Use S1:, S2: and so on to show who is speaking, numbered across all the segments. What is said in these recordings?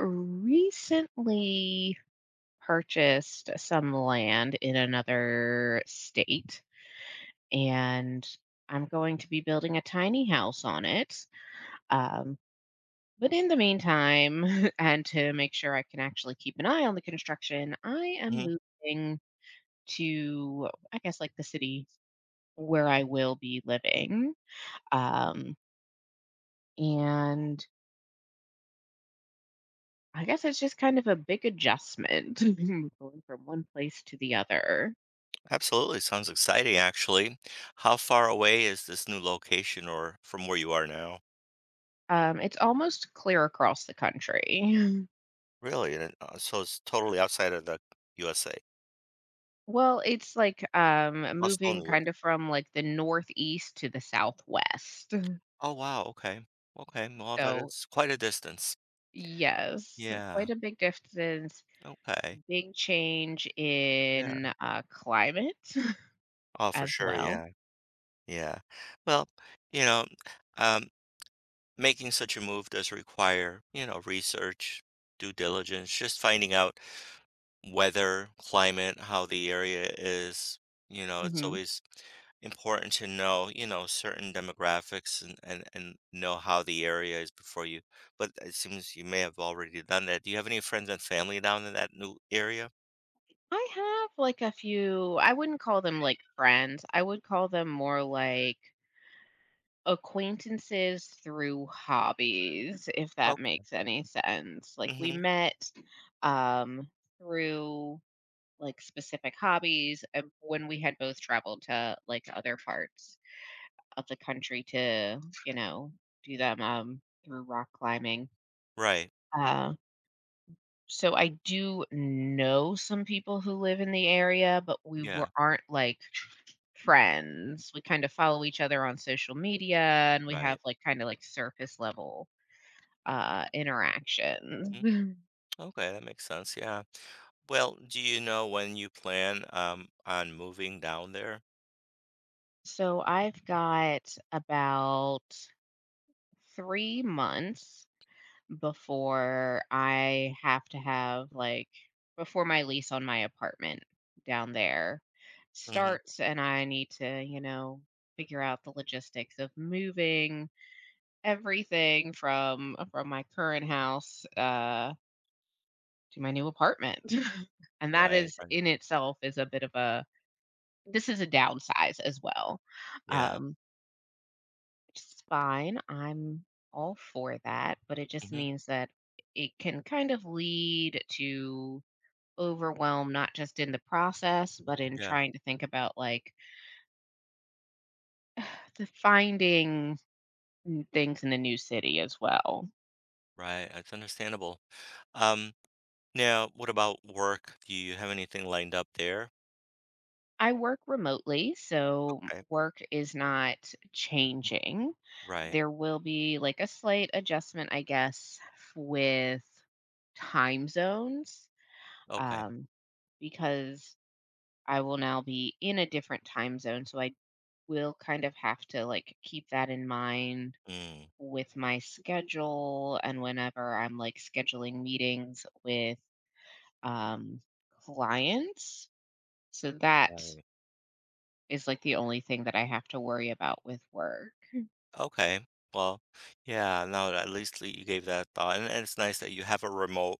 S1: Recently purchased some land in another state and I'm going to be building a tiny house on it. Um, but in the meantime, and to make sure I can actually keep an eye on the construction, I am
S2: Mhm.
S1: moving to, I guess, like, the city where I will be living. Um, and I guess it's just kind of a big adjustment going from one place to the other.
S2: Absolutely. Sounds exciting, actually. How far away is this new location or from where you are now?
S1: It's almost clear across the country.
S2: Really? So it's totally outside of the USA.
S1: Well, it's like,
S2: Oh, still in
S1: moving
S2: New York.
S1: kind of from, like, the northeast to the southwest.
S2: Oh, wow. Okay. Okay, well, that
S1: So
S2: is quite a distance.
S1: yes,
S2: Yeah.
S1: quite a big distance,
S2: Okay.
S1: big change
S2: Yeah.
S1: in, climate
S2: Oh, for
S1: as
S2: sure.
S1: well.
S2: Yeah. Yeah. Well, you know, um, Making such a move does require, research, due diligence, just finding out weather, climate, how the area is. It's
S1: Mhm.
S2: always important to know, certain demographics and know how the area is before you. But it seems you may have already done that. Do you have any friends and family down in that new area?
S1: I have, like, a few. I wouldn't call them, like, friends, I would call them more like acquaintances through hobbies, if
S2: Oh,
S1: that makes any sense. Like, we
S2: mm-hmm.
S1: met um through like specific hobbies, when we had both traveled to like other parts of the country to, you know, do them through rock climbing.
S2: Right.
S1: uh, so I do know some people who live in the area, but we
S2: Yeah.
S1: were aren't like friends. We kind of follow each other on social media and we
S2: Right.
S1: have like kind of like surface level interactions.
S2: Mhm. Okay, that makes sense. Yeah. Well, do you know when you plan on moving down there?
S1: So I've got about 3 months before I have to have like before my lease on my apartment down there
S2: Mm-hmm.
S1: starts and I need to, you know, figure out the logistics of moving everything from my current house to my new apartment. And that
S2: Right.
S1: is
S2: Right.
S1: in itself is a bit of a this is a downsize as well.
S2: Yeah.
S1: Um It's fine. I'm all for that, but it just
S2: Mm-hmm.
S1: means that it can kind of lead to overwhelm, not just in the process, but in
S2: Yeah.
S1: trying to think about like the finding things in a new city as well.
S2: Right. It's understandable. Um, Now, what about work? Do you have anything lined up there?
S1: I work remotely, so
S2: Okay.
S1: work is not changing.
S2: Right.
S1: There will be like a slight adjustment, I guess, with time zones.
S2: Okay.
S1: Um, because I will now be in a different time zone, so I will kind of have to like keep that in mind
S2: Mm.
S1: with my schedule and whenever I'm like scheduling meetings with um clients. So that
S2: Right.
S1: is like the only thing that I have to worry about with work.
S2: Okay. Well, yeah, no, at least you gave that thought. And it's nice that you have a remote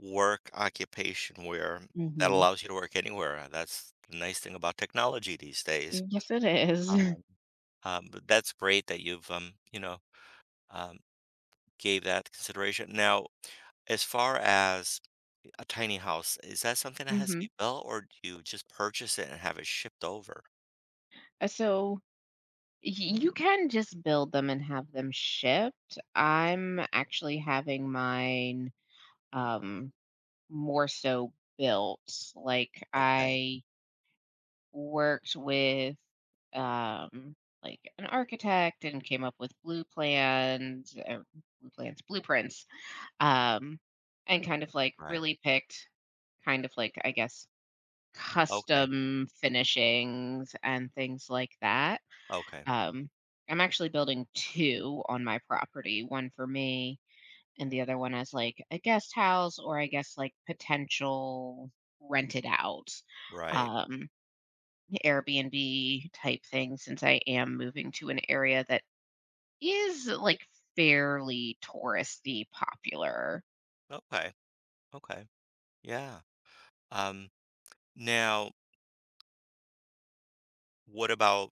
S2: work occupation where that
S1: Hmm.
S2: allows you to work anywhere. That's the nice thing about technology these days.
S1: Yes, it
S2: Um,
S1: is.
S2: But that's great that you've um, gave that consideration. Now, as far as a tiny house. Is that something that has to
S1: Mm-hmm.
S2: be built, or do you just purchase it and have it shipped over?
S1: So you can just build them and have them shipped. I'm actually having mine. Um, More so built. Like,
S2: Okay,
S1: I worked with um like an architect and came up with blue plans or blueprints. Um and kind of like
S2: right.
S1: really picked I guess
S2: Okay,
S1: custom finishings and things like that.
S2: okay,
S1: Um I'm actually building two on my property, one for me and the other one as like a guest house or I guess like potential rented out
S2: right.
S1: um Airbnb type thing, since I am moving to an area that is like fairly touristy popular.
S2: Okay, okay. Yeah. Um, Now, what about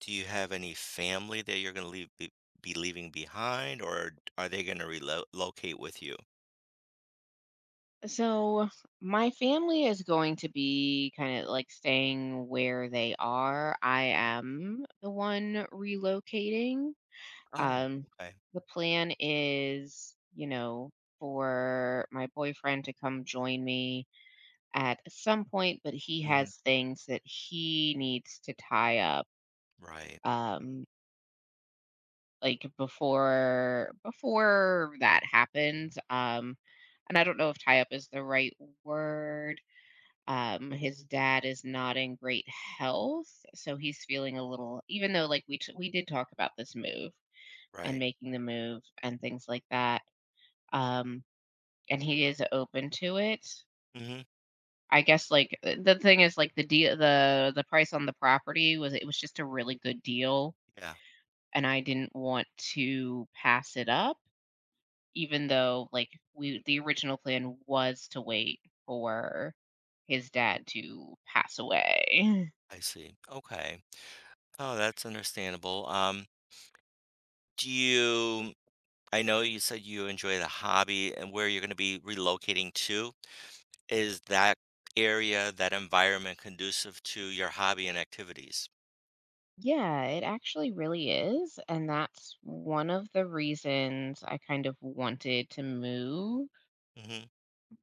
S2: do you have any family that you're gonna leave be leaving behind, or are they gonna relocate with you?
S1: So my family is going to be kind of like staying where they are. I am the one relocating.
S2: Oh,
S1: Um,
S2: okay.
S1: the plan is, you know, for my boyfriend to come join me at some point, but he
S2: Hmm.
S1: has things that he needs to tie up.
S2: Right,
S1: Um, like before that happens. And I don't know if tie up is the right word. His dad is not in great health, so he's feeling a little. Even though, like, we did talk about this move and
S2: right.
S1: making the move and things like that, um, and he is open to it.
S2: Hmm.
S1: I guess like, the thing is like the deal the price on the property was it was just a really good deal
S2: Yeah,
S1: and I didn't want to pass it up, even though like we the original plan was to wait for his dad to pass away.
S2: I see. Okay. Oh, that's understandable. Do you I know you said you enjoy the hobby and where you're going to be relocating to. Is that area, that environment conducive to your hobby and activities?
S1: Yeah, it actually really is, and that's one of the reasons I kind of wanted to move
S2: Hmm.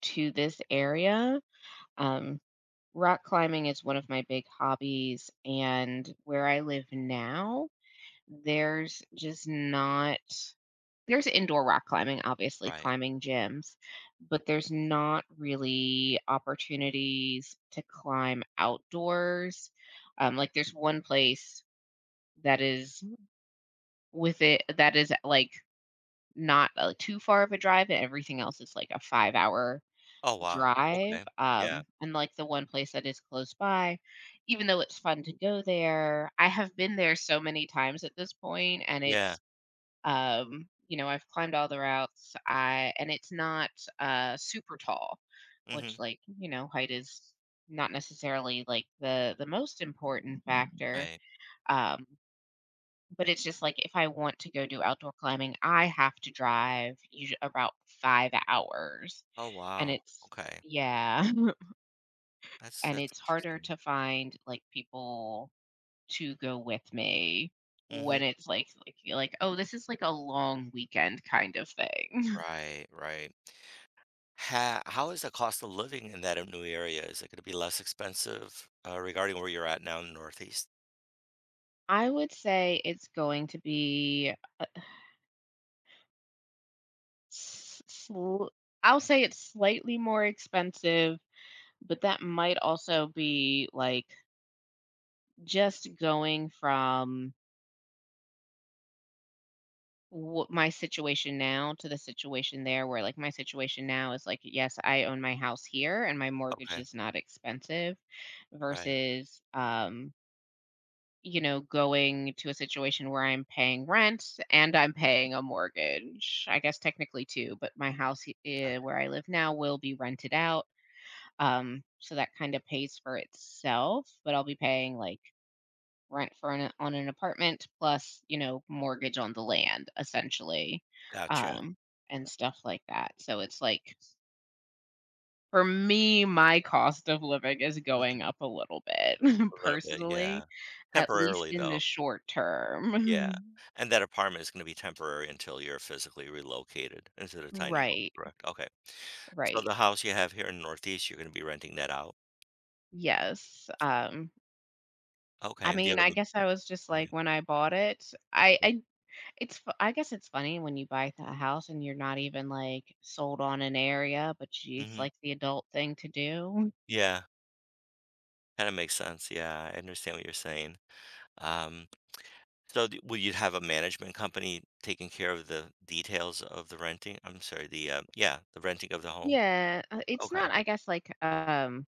S1: to this area. Um Rock climbing is one of my big hobbies, and where I live now, there's just not there's indoor rock climbing, obviously
S2: Right.
S1: climbing gyms, but there's not really opportunities to climb outdoors. Like, there's one place that is with it that is like not, too far of a drive, and everything else is like a 5-hour
S2: Oh, wow.
S1: drive,
S2: Okay. Yeah.
S1: and, like, the one place that is close by, even though it's fun to go there, I have been there so many times at this point, and
S2: Yeah.
S1: it's, you know, I've climbed all the routes, I and it's not, super tall, which,
S2: Hmm.
S1: like, you know, height is not necessarily, like, the most important factor,
S2: Right.
S1: um, but it's just, like, if I want to go do outdoor climbing, I have to drive usu about 5 hours,
S2: Oh,
S1: and
S2: wow.
S1: it's
S2: Okay.
S1: yeah. And
S2: That's
S1: it's harder
S2: interesting.
S1: to find like people to go with me
S2: Hmm.
S1: when it's like, you're like, oh, this is like a long weekend kind of thing.
S2: Right, right. Ha How is the cost of living in that new area? Is it going to be less expensive regarding where you're at now in the Northeast?
S1: I would say it's going to be s- sl- I'll say it's slightly more expensive, but that might also be like just going from what my situation now to the situation there where, like, my situation now is like, yes, I own my house here and my mortgage
S2: Okay.
S1: is not expensive
S2: Right.
S1: versus, you know, going to a situation where I'm paying rent and I'm paying a mortgage. I guess technically two, but my house,
S2: Got-
S1: where I live now will be rented out. So that kind of pays for itself, but I'll be paying like rent for an on an apartment plus, you know, mortgage on the land essentially,
S2: Gotcha.
S1: um, and stuff like that. So it's like for me, my cost of living is
S2: Mm-hmm.
S1: going up a little bit
S2: A little bit,
S1: personally,
S2: yeah.
S1: at least
S2: Temporarily,
S1: in the
S2: though.
S1: short
S2: Yeah.
S1: term.
S2: And that apartment is gonna be temporary until you're physically relocated into the tiny home,
S1: Right,
S2: correct? Okay. So
S1: right.
S2: the house you have here in Northeast, you're gonna be renting that out?
S1: Yes. I
S2: Okay, and do you
S1: mean,
S2: have a
S1: I
S2: m
S1: guess I was just
S2: yeah.
S1: like when I bought it, I it's fu I guess it's funny when you buy a house and you're not even, like, sold on an area, but you it's,
S2: Mhm.
S1: like, the adult thing to do.
S2: Yeah, kinda makes sense, yeah, I understand what you're saying. Um, so d will you have a management company taking care of the details of the renting? I'm sorry, the, yeah, the renting of the home?
S1: Yeah, it's
S2: Okay,
S1: not, I guess, like,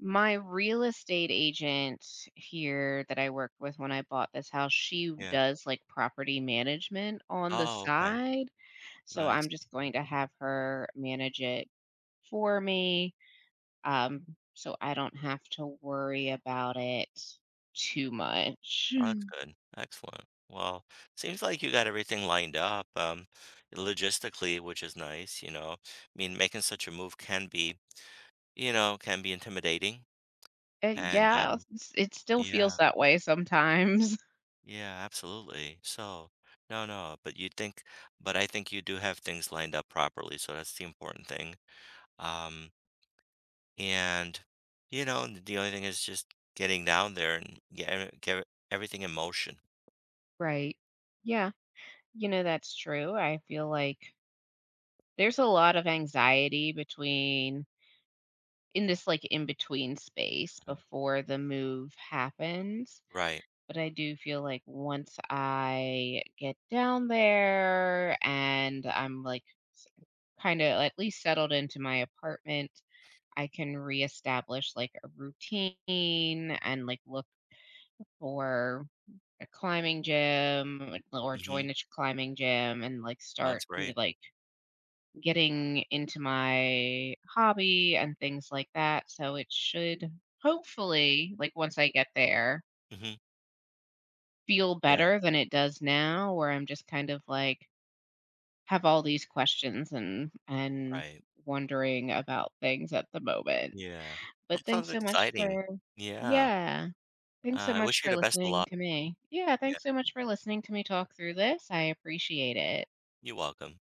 S1: my real estate agent here that I worked with when I bought this house, she
S2: yeah.
S1: does, like, property management on the
S2: Oh, okay.
S1: side, so
S2: Nice.
S1: I'm just going to have her manage it for me, um, so I don't have to worry about it too much.
S2: Oh, that's good. Excellent. Well, seems like you got everything lined up, logistically, which is nice, you know. I mean, making such a move can be, you know, can be intimidating. And
S1: Yeah, it's it still feels
S2: yeah,
S1: that way sometimes.
S2: yeah, absolutely. So, no, no, but I think you do have things lined up properly, so that's the important thing. Um, and you know, the only thing is just getting down there and get everything in motion.
S1: Right. Yeah, you know, that's true. I feel like there's a lot of anxiety between in this like in between space
S2: Mhm.
S1: before the move happens.
S2: Right.
S1: But I do feel like once I get down there and I'm like kind of at least settled into my apartment, I can reestablish like a routine and like look for a climbing gym, like, or
S2: Mm-hmm.
S1: join a climbing gym and like
S2: That's
S1: start
S2: great.
S1: like getting into my hobby and things like that. So it should hopefully like once I get there
S2: Mm-hmm.
S1: feel
S2: Yeah.
S1: better than it does now where I'm just kind of like have all these questions and
S2: Right.
S1: wondering about things at the moment.
S2: Yeah. Well,
S1: But
S2: sounds
S1: thanks so much
S2: exciting.
S1: for
S2: Yeah.
S1: Yeah. Thanks so
S2: I
S1: much
S2: wish you
S1: for
S2: the best of
S1: listening
S2: luck.
S1: to me. Yeah,
S2: Yeah.
S1: thanks so much for listening to me talk through this. I appreciate it.
S2: You're welcome.